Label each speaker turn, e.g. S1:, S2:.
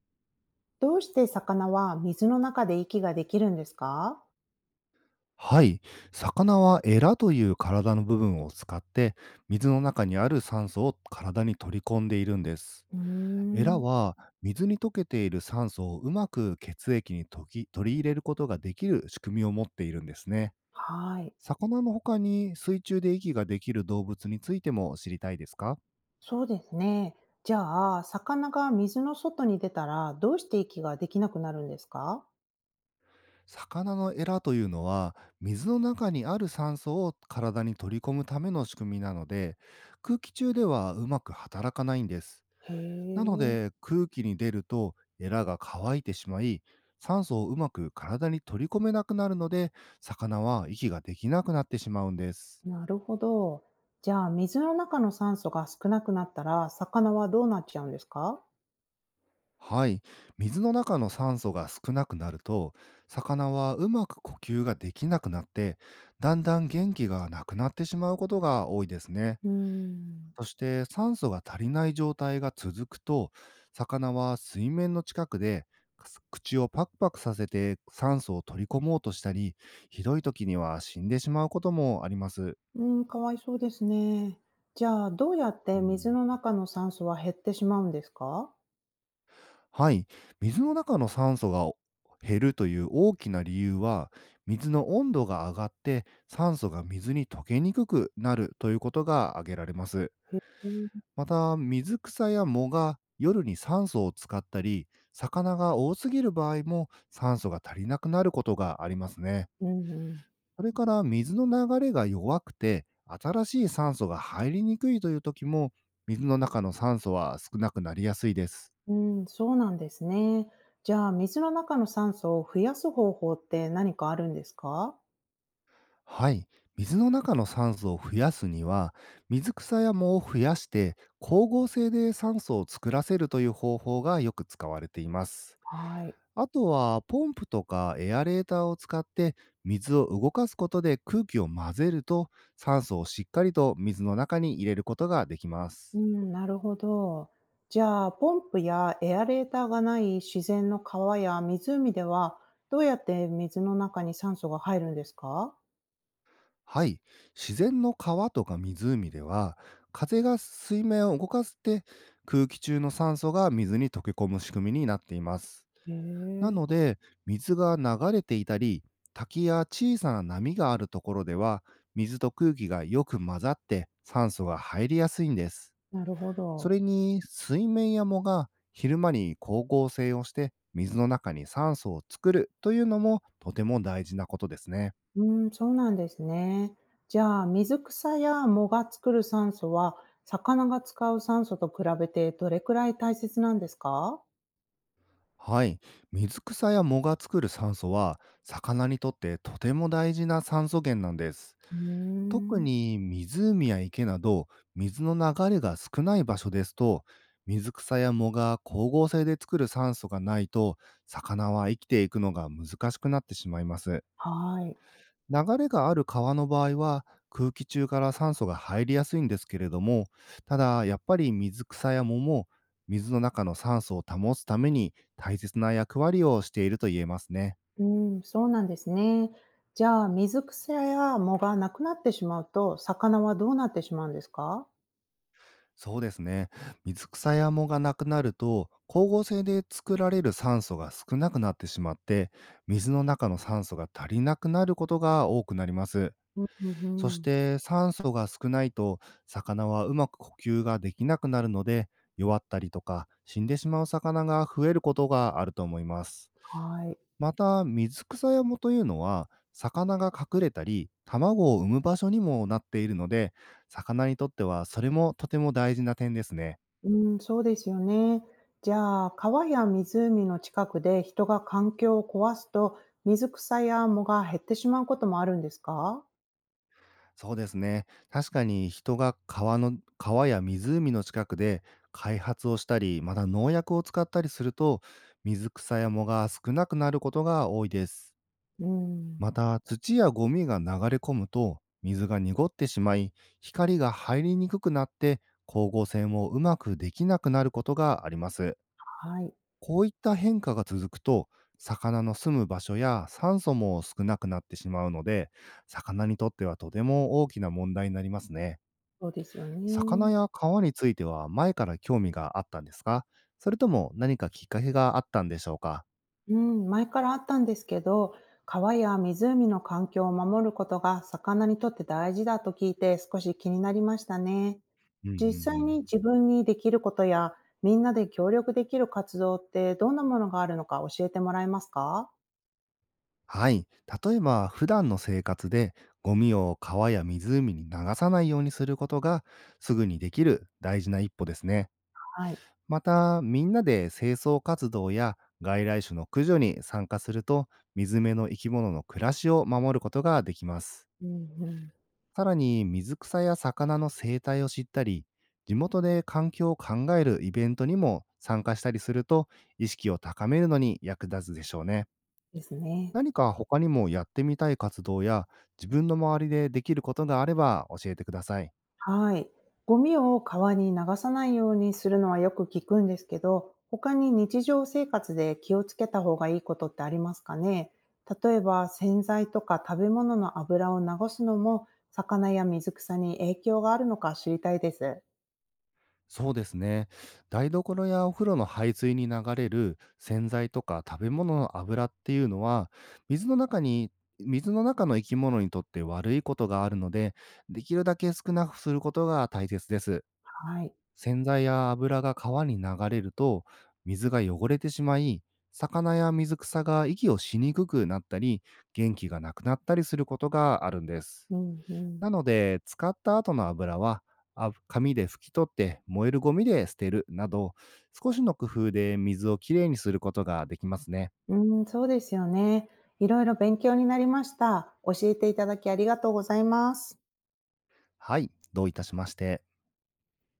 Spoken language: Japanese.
S1: どうして魚は水の中で息ができるんですか？
S2: はい。魚はエラという体の部分を使って、水の中にある酸素を体に取り込んでいるんです。
S1: うー
S2: エラ
S1: ん。
S2: は、水に溶けている酸素をうまく血液に溶き取り入れることができる仕組みを持っているんですね。
S1: はい。
S2: 魚の他に水中で息ができる動物についても知りたいですか？
S1: そうですね。じゃあ、魚が水の外に出たら、どうして息ができなくなるんですか？
S2: 魚のエラというのは、水の中にある酸素を体に取り込むための仕組みなので、空気中ではうまく働かないんです。
S1: へ
S2: なの
S1: え。
S2: で、空気に出るとエラが乾いてしまい、酸素をうまく体に取り込めなくなるので、魚は息ができなくなってしまうんです。
S1: なるほど。じゃあ、水の中の酸素が少なくなったら、魚はどうなっちゃうんですか？
S2: はい。水の中の酸素が少なくなると、魚はうまく呼吸ができなくなって、だんだん元気がなくなってしまうことが多いですね。
S1: うーん。
S2: そして、酸素が足りない状態が続くと、魚は水面の近くで口をパクパクさせて酸素を取り込もうとしたり、ひどい時には死んでしまうこともあります。
S1: うん、かわいそうですね。じゃあ、どうやっ
S2: う
S1: て水
S2: ん、
S1: の中の酸素は減ってしまうんですか？
S2: はい、水の中の酸素が減るという大きな理由は、水の温度が上がって酸素が水に溶けにくくなるということが挙げられます。
S1: へえ。
S2: また、水草や藻が夜に酸素を使ったり、魚が多すぎる場合も酸素が足りなくなることがありますね。
S1: うんうん。
S2: それから、水の流れが弱くて、新しい酸素が入りにくいという時も、水の中の酸素は少なくなりやすいです。
S1: うん、そうなんですね。じゃあ、水の中の酸素を増やす方法って何かあるんですか？
S2: はい。水の中の酸素を増やすには、水草や藻を増やして、光合成で酸素を作らせるという方法がよく使われています。
S1: はい。
S2: あとは、ポンプとかエアレーターを使って水を動かすことで空気を混ぜると、酸素をしっかりと水の中に入れることができま
S1: う
S2: す。
S1: ん、なるほど。じゃあ、ポンプやエアレーターがない自然の川や湖では、どうやって水の中に酸素が入るんですか？
S2: はい。自然の川とか湖では、風が水面を動かして空気中の酸素が水に溶け込む仕組みになっています。
S1: へ
S2: な
S1: え。
S2: ので、水が流れていたり、滝や小さな波があるところでは、水と空気がよく混ざって酸素が入りやすいんです。
S1: なるほ
S2: そ
S1: ど。
S2: れに、水面や藻が昼間に光合成をして水の中に酸素を作るというのもとても大事なことですね。
S1: うん、そうなんですね。じゃあ、水草や藻が作る酸素は、魚が使う酸素と比べてどれくらい大切なんですか？
S2: はい。水草や藻が作る酸素は、魚にとってとても大事な酸素源なんです。
S1: うー
S2: 特
S1: ん。
S2: に湖や池など水の流れが少ない場所ですと、水草や藻が光合成で作る酸素がないと、魚は生きていくのが難しくなってしまいます。
S1: はい。
S2: 流れがある川の場合は、空気中から酸素が入りやすいんですけれども、ただやっぱり水草や藻も水の中の酸素を保つために大切な役割をしていると言えますね。
S1: うん、そうなんですね。じゃあ、水草や藻がなくなってしまうと、魚はどうなってしまうんですか？
S2: そうですね。水草や藻がなくなると、光合成で作られる酸素が少なくなってしまって、水の中の酸素が足りなくなることが多くなります。
S1: うんう
S2: そ
S1: んう
S2: し
S1: ん。
S2: て、酸素が少ないと、魚はうまく呼吸ができなくなるので、弱ったりとか死んでしまう魚が増えることがあると思います。
S1: はい。
S2: また、水草や藻というのは魚が隠れたり卵を産む場所にもなっているので、魚にとってはそれもとても大事な点ですね。
S1: うん、そうですよね。じゃあ、川や湖の近くで人が環境を壊すと、水草や藻が減ってしまうこともあるんですか？
S2: そうですね。確かに、人が川や湖の近くで開発をしたり、また農薬を使ったりすると、水草や藻が少なくなることが多いです。
S1: うん。
S2: また、土やゴミが流れ込むと、水が濁ってしまい、光が入りにくくなって、光合成もうまくできなくなることがあります。
S1: はい。
S2: こういった変化が続くと、魚の住む場所や酸素も少なくなってしまうので、魚にとってはとても大きな問題になりますね。
S1: そうですよ
S2: 魚
S1: ね。
S2: や川については前から興味があったんですか？それとも、何かきっかけがあったんでしょうか？
S1: うん、前からあったんですけど、川や湖の環境を守ることが魚にとって大事だと聞いて少し気になりましたね。
S2: うんうんう
S1: 実際
S2: ん。
S1: に自分にできることやみんなで協力できる活動ってどんなものがあるのか教えてもらえますか？
S2: はい。例えば、普段の生活でゴミを川や湖に流さないようにすることがすぐにできる大事な一歩ですね。
S1: はい。
S2: また、みんなで清掃活動や外来種の駆除に参加すると、水辺の生き物の暮らしを守ることができます。
S1: うんうん。
S2: さらに、水草や魚の生態を知ったり、地元で環境を考えるイベントにも参加したりすると、意識を高めるのに役立つでしょうね。
S1: ですね。
S2: 何か他にもやってみたい活動や自分の周りでできることがあれば教えてください。
S1: はい。ゴミを川に流さないようにするのはよく聞くんですけど、他に日常生活で気をつけた方がいいことってありますかね？例えば洗剤とか食べ物の油を流すのも魚や水草に影響があるのか知りたいです。
S2: そうですね。台所やお風呂の排水に流れる洗剤とか食べ物の油っていうのは、水の中に水の中の生き物にとって悪いことがあるので、できるだけ少なくすることが大切です。
S1: はい。
S2: 洗剤や油が川に流れると、水が汚れてしまい、魚や水草が息をしにくくなったり、元気がなくなったりすることがあるんです。
S1: うんうん。
S2: なので、使った後の油は、紙で拭き取って燃えるゴミで捨てるなど、少しの工夫で水をきれいにすることができますね。
S1: うん、そうですよね。いろいろ勉強になりました。教えていただきありがとうございます。
S2: はい、どういたしまして。